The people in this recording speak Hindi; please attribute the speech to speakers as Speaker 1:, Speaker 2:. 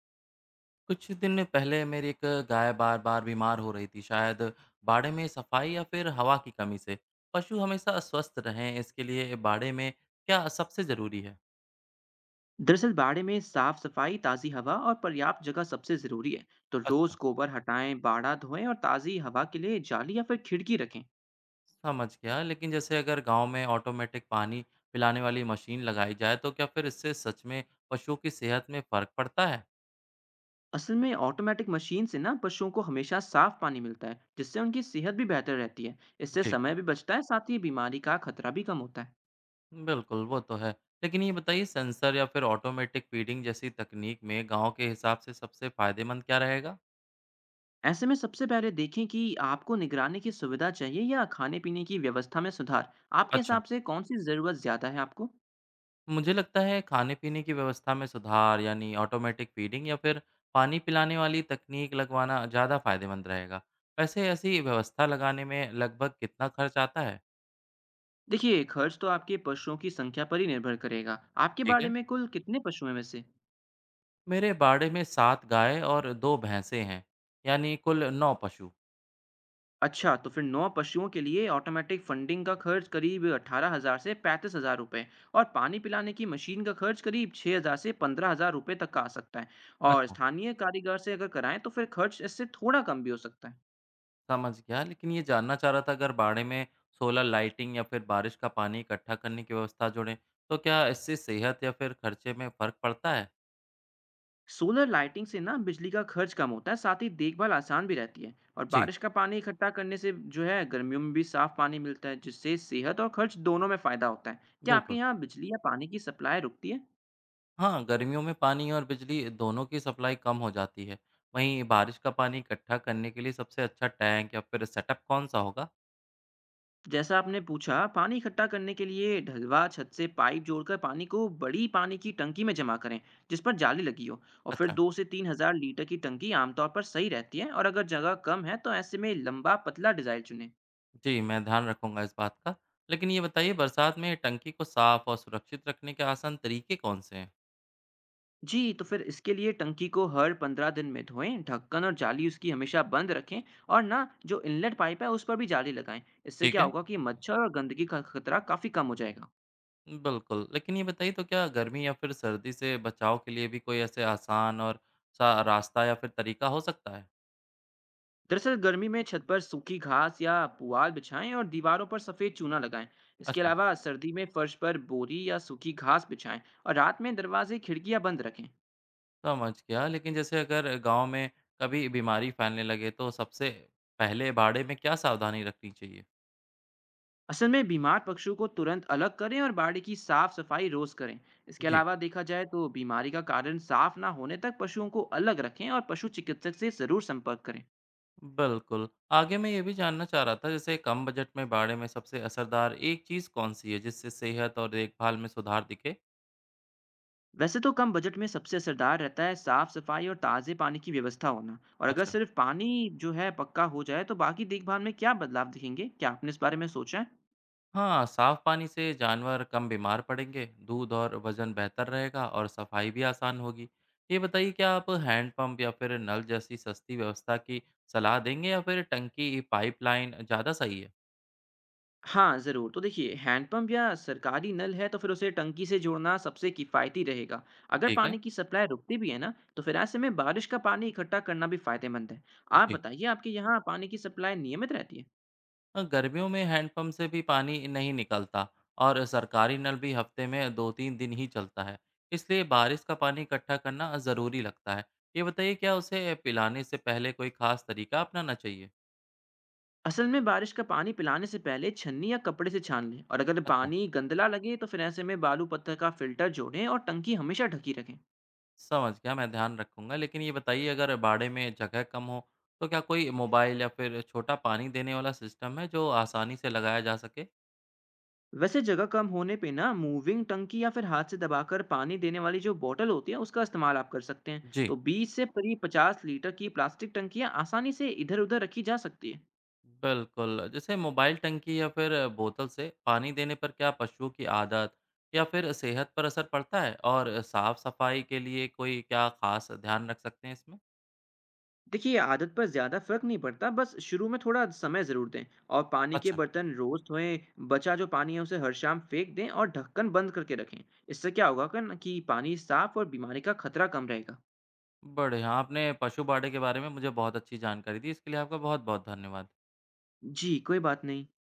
Speaker 1: कुछ दिन पहले मेरी एक गाय बार बार बीमार हो रही थी, शायद बाड़े में सफाई या फिर हवा की कमी से। पशु हमेशा स्वस्थ रहें, इसके लिए बाड़े में क्या सबसे ज़रूरी है?
Speaker 2: दरअसल बाड़े में साफ सफाई, ताज़ी हवा और पर्याप्त जगह सबसे ज़रूरी है। तो रोज़
Speaker 1: अच्छा,
Speaker 2: गोबर हटाएं, बाड़ा धोएं और ताज़ी हवा के लिए जाली या फिर खिड़की रखें।
Speaker 1: समझ गया। लेकिन जैसे अगर गांव में ऑटोमेटिक पानी पिलाने वाली मशीन लगाई जाए, तो क्या फिर इससे सच में पशुओं की सेहत में फ़र्क पड़ता है?
Speaker 2: असल में ऑटोमेटिक मशीन से ना पशुओं को हमेशा साफ पानी मिलता है, जिससे उनकी सेहत भी बेहतर रहती है। इससे
Speaker 1: जी,
Speaker 2: समय भी बचता है, साथ ही बीमारी का खतरा भी कम होता है।
Speaker 1: बिल्कुल, वो तो है। लेकिन ये बताइए, सेंसर या फिर ऑटोमेटिक फीडिंग जैसी तकनीक में गांव के हिसाब से सबसे फ़ायदेमंद क्या रहेगा?
Speaker 2: ऐसे में सबसे पहले देखें कि आपको निगरानी की सुविधा चाहिए या खाने पीने की व्यवस्था में सुधार। आपके
Speaker 1: अच्छा,
Speaker 2: हिसाब से कौन सी ज़रूरत ज़्यादा है आपको?
Speaker 1: मुझे लगता है खाने-पीने की व्यवस्था में सुधार, यानी ऑटोमेटिक फीडिंग या फिर पानी पिलाने वाली तकनीक लगवाना ज़्यादा फायदेमंद रहेगा। वैसे ऐसी व्यवस्था लगाने में लगभग कितना खर्च आता है?
Speaker 2: देखिए, खर्च तो आपके पशुओं की संख्या पर ही निर्भर करेगा। आपके
Speaker 1: ठीक
Speaker 2: बाड़े
Speaker 1: है।
Speaker 2: में कुल कितने पशु हैं वैसे?
Speaker 1: मेरे बाड़े में सात गाय और दो भैंसें हैं, यानी कुल नौ पशु।
Speaker 2: अच्छा, तो फिर 9 पशुओं के लिए ऑटोमेटिक फंडिंग का खर्च करीब 18 हजार से 35 हजार रुपये और पानी पिलाने की मशीन का खर्च करीब 6 हजार से 15 हजार रुपये तक का आ सकता है। और
Speaker 1: अच्छा,
Speaker 2: स्थानीय कारीगर से अगर कराएं तो फिर खर्च इससे थोड़ा कम भी हो सकता है।
Speaker 1: समझ गया, लेकिन ये जानना चाह रहा था, अगर बाड़े में सोलर लाइटिंग या फिर बारिश का पानी इकट्ठा करने की व्यवस्था जोड़ें, तो क्या इससे सेहत या फिर खर्चे में फ़र्क पड़ता है?
Speaker 2: सोलर लाइटिंग से ना बिजली का खर्च कम होता है, साथ ही देखभाल आसान भी रहती है। और
Speaker 1: जी,
Speaker 2: बारिश का पानी इकट्ठा करने से जो है गर्मियों में भी साफ पानी मिलता है, जिससे सेहत और खर्च दोनों में फायदा होता है। क्या आपके
Speaker 1: बिल्कुल।
Speaker 2: यहाँ बिजली या पानी की सप्लाई रुकती है?
Speaker 1: हाँ, गर्मियों में पानी और बिजली दोनों की सप्लाई कम हो जाती है। वहीं बारिश का पानी इकट्ठा करने के लिए सबसे अच्छा टैंक या फिर सेटअप कौन-सा होगा?
Speaker 2: जैसा आपने पूछा, पानी इकट्ठा करने के लिए ढलवा छत से पाइप जोड़कर पानी को बड़ी पानी की टंकी में जमा करें, जिस पर जाली लगी हो। और फिर
Speaker 1: अच्छा।
Speaker 2: 2 से 3 हजार लीटर की टंकी आमतौर पर सही रहती है। और अगर जगह कम है तो ऐसे में लंबा पतला डिजाइन चुनें।
Speaker 1: जी, मैं ध्यान रखूंगा इस बात का। लेकिन ये बताइए, बरसात में टंकी को साफ और सुरक्षित रखने के आसान तरीके कौन से हैं?
Speaker 2: जी, तो फिर इसके लिए टंकी को हर 15 दिन में धोएं, ढक्कन और जाली उसकी हमेशा बंद रखें। और ना, जो इनलेट पाइप है उस पर भी जाली लगाएं। इससे
Speaker 1: ठीक
Speaker 2: क्या
Speaker 1: है,
Speaker 2: होगा कि मच्छर और गंदगी का खतरा काफी कम हो जाएगा।
Speaker 1: बिल्कुल। लेकिन ये बताइए, तो क्या गर्मी या फिर सर्दी से बचाव के लिए भी कोई ऐसे आसान और सा रास्ता या फिर तरीका हो सकता है?
Speaker 2: दरअसल गर्मी में छत पर सूखी घास या पुआल बिछाएं और दीवारों पर सफेद चूना लगाएं। इसके
Speaker 1: अच्छा,
Speaker 2: अलावा सर्दी में फर्श पर बोरी या सूखी घास बिछाएं और रात में दरवाजे खिड़कियां बंद रखें।
Speaker 1: समझ गया, लेकिन जैसे अगर गाँव में कभी बीमारी फैलने लगे तो सबसे पहले बाड़े में क्या सावधानी रखनी चाहिए?
Speaker 2: असल में बीमार पशु को तुरंत अलग करें और बाड़े की साफ सफाई रोज करें। इसके
Speaker 1: जी।
Speaker 2: अलावा देखा जाए तो बीमारी का कारण साफ ना होने तक पशुओं को अलग रखें और पशु चिकित्सक से जरूर संपर्क करें।
Speaker 1: बिल्कुल, आगे मैं ये भी जानना चाह रहा था, जैसे कम बजट में बाड़े में सबसे असरदार एक चीज़ कौन-सी है जिससे सेहत और देखभाल में सुधार दिखे?
Speaker 2: वैसे तो कम बजट में सबसे असरदार रहता है साफ सफाई और ताज़े पानी की व्यवस्था होना। और अगर
Speaker 1: अच्छा।
Speaker 2: सिर्फ पानी जो है पक्का हो जाए तो बाकी देखभाल में क्या बदलाव दिखेंगे, क्या आपने इस बारे में सोचा है?
Speaker 1: हाँ, साफ पानी से जानवर कम बीमार पड़ेंगे, दूध और वज़न बेहतर रहेगा और सफाई भी आसान होगी। ये बताइए, क्या आप हैंड पंप या फिर नल जैसी सस्ती व्यवस्था की सलाह देंगे, या फिर टंकी, पाइपलाइन ज़्यादा सही है?
Speaker 2: हाँ ज़रूर, तो देखिए हैंडपंप या सरकारी नल है तो फिर उसे टंकी से जोड़ना सबसे किफ़ायती रहेगा। अगर
Speaker 1: ठीक है।
Speaker 2: पानी की सप्लाई रुकती भी है ना तो फिर ऐसे में बारिश का पानी इकट्ठा करना भी फायदेमंद है। आप
Speaker 1: जी,
Speaker 2: बताइए, आपके यहाँ पानी की सप्लाई नियमित रहती है?
Speaker 1: गर्मियों में हैंडपंप से भी पानी नहीं निकलता, और सरकारी नल भी हफ्ते में दो तीन दिन ही चलता है, इसलिए बारिश का पानी इकट्ठा करना ज़रूरी लगता है। ये बताइए, क्या उसे पिलाने से पहले कोई खास तरीका अपनाना चाहिए?
Speaker 2: असल में बारिश का पानी पिलाने से पहले छन्नी या कपड़े से छान लें, और अगर
Speaker 1: अच्छा,
Speaker 2: पानी गंदला लगे तो फिर ऐसे में बालू पत्थर का फिल्टर जोड़ें और टंकी हमेशा ढकी रखें।
Speaker 1: समझ गया, मैं ध्यान रखूंगा। लेकिन ये बताइए, अगर बाड़े में जगह कम हो तो क्या कोई मोबाइल या फिर छोटा पानी देने वाला सिस्टम है जो आसानी से लगाया जा सके?
Speaker 2: वैसे जगह कम होने पे ना मूविंग टंकी या फिर हाथ से दबाकर पानी देने वाली जो बोतल होती है उसका इस्तेमाल आप कर सकते हैं।
Speaker 1: जी,
Speaker 2: तो 20 से करीब 50 लीटर की प्लास्टिक टंकियां आसानी से इधर उधर रखी जा सकती है।
Speaker 1: बिल्कुल। जैसे मोबाइल टंकी या फिर बोतल से पानी देने पर क्या पशुओं की आदत या फिर सेहत पर असर पड़ता है? और साफ-सफाई के लिए कोई क्या खास ध्यान रख सकते हैं इसमें?
Speaker 2: देखिए आदत पर ज़्यादा फर्क नहीं पड़ता, बस शुरू में थोड़ा समय ज़रूर दें और पानी के
Speaker 1: अच्छा।
Speaker 2: बर्तन रोज़ धोएं। बचा जो पानी है उसे हर शाम फेंक दें और ढक्कन बंद करके रखें। इससे क्या होगा कि ना कि पानी साफ और बीमारी का खतरा कम रहेगा।
Speaker 1: बढ़िया, आपने पशु बाड़े के बारे में मुझे बहुत अच्छी जानकारी दी, इसके लिए आपका बहुत-बहुत धन्यवाद।
Speaker 2: जी कोई बात नहीं।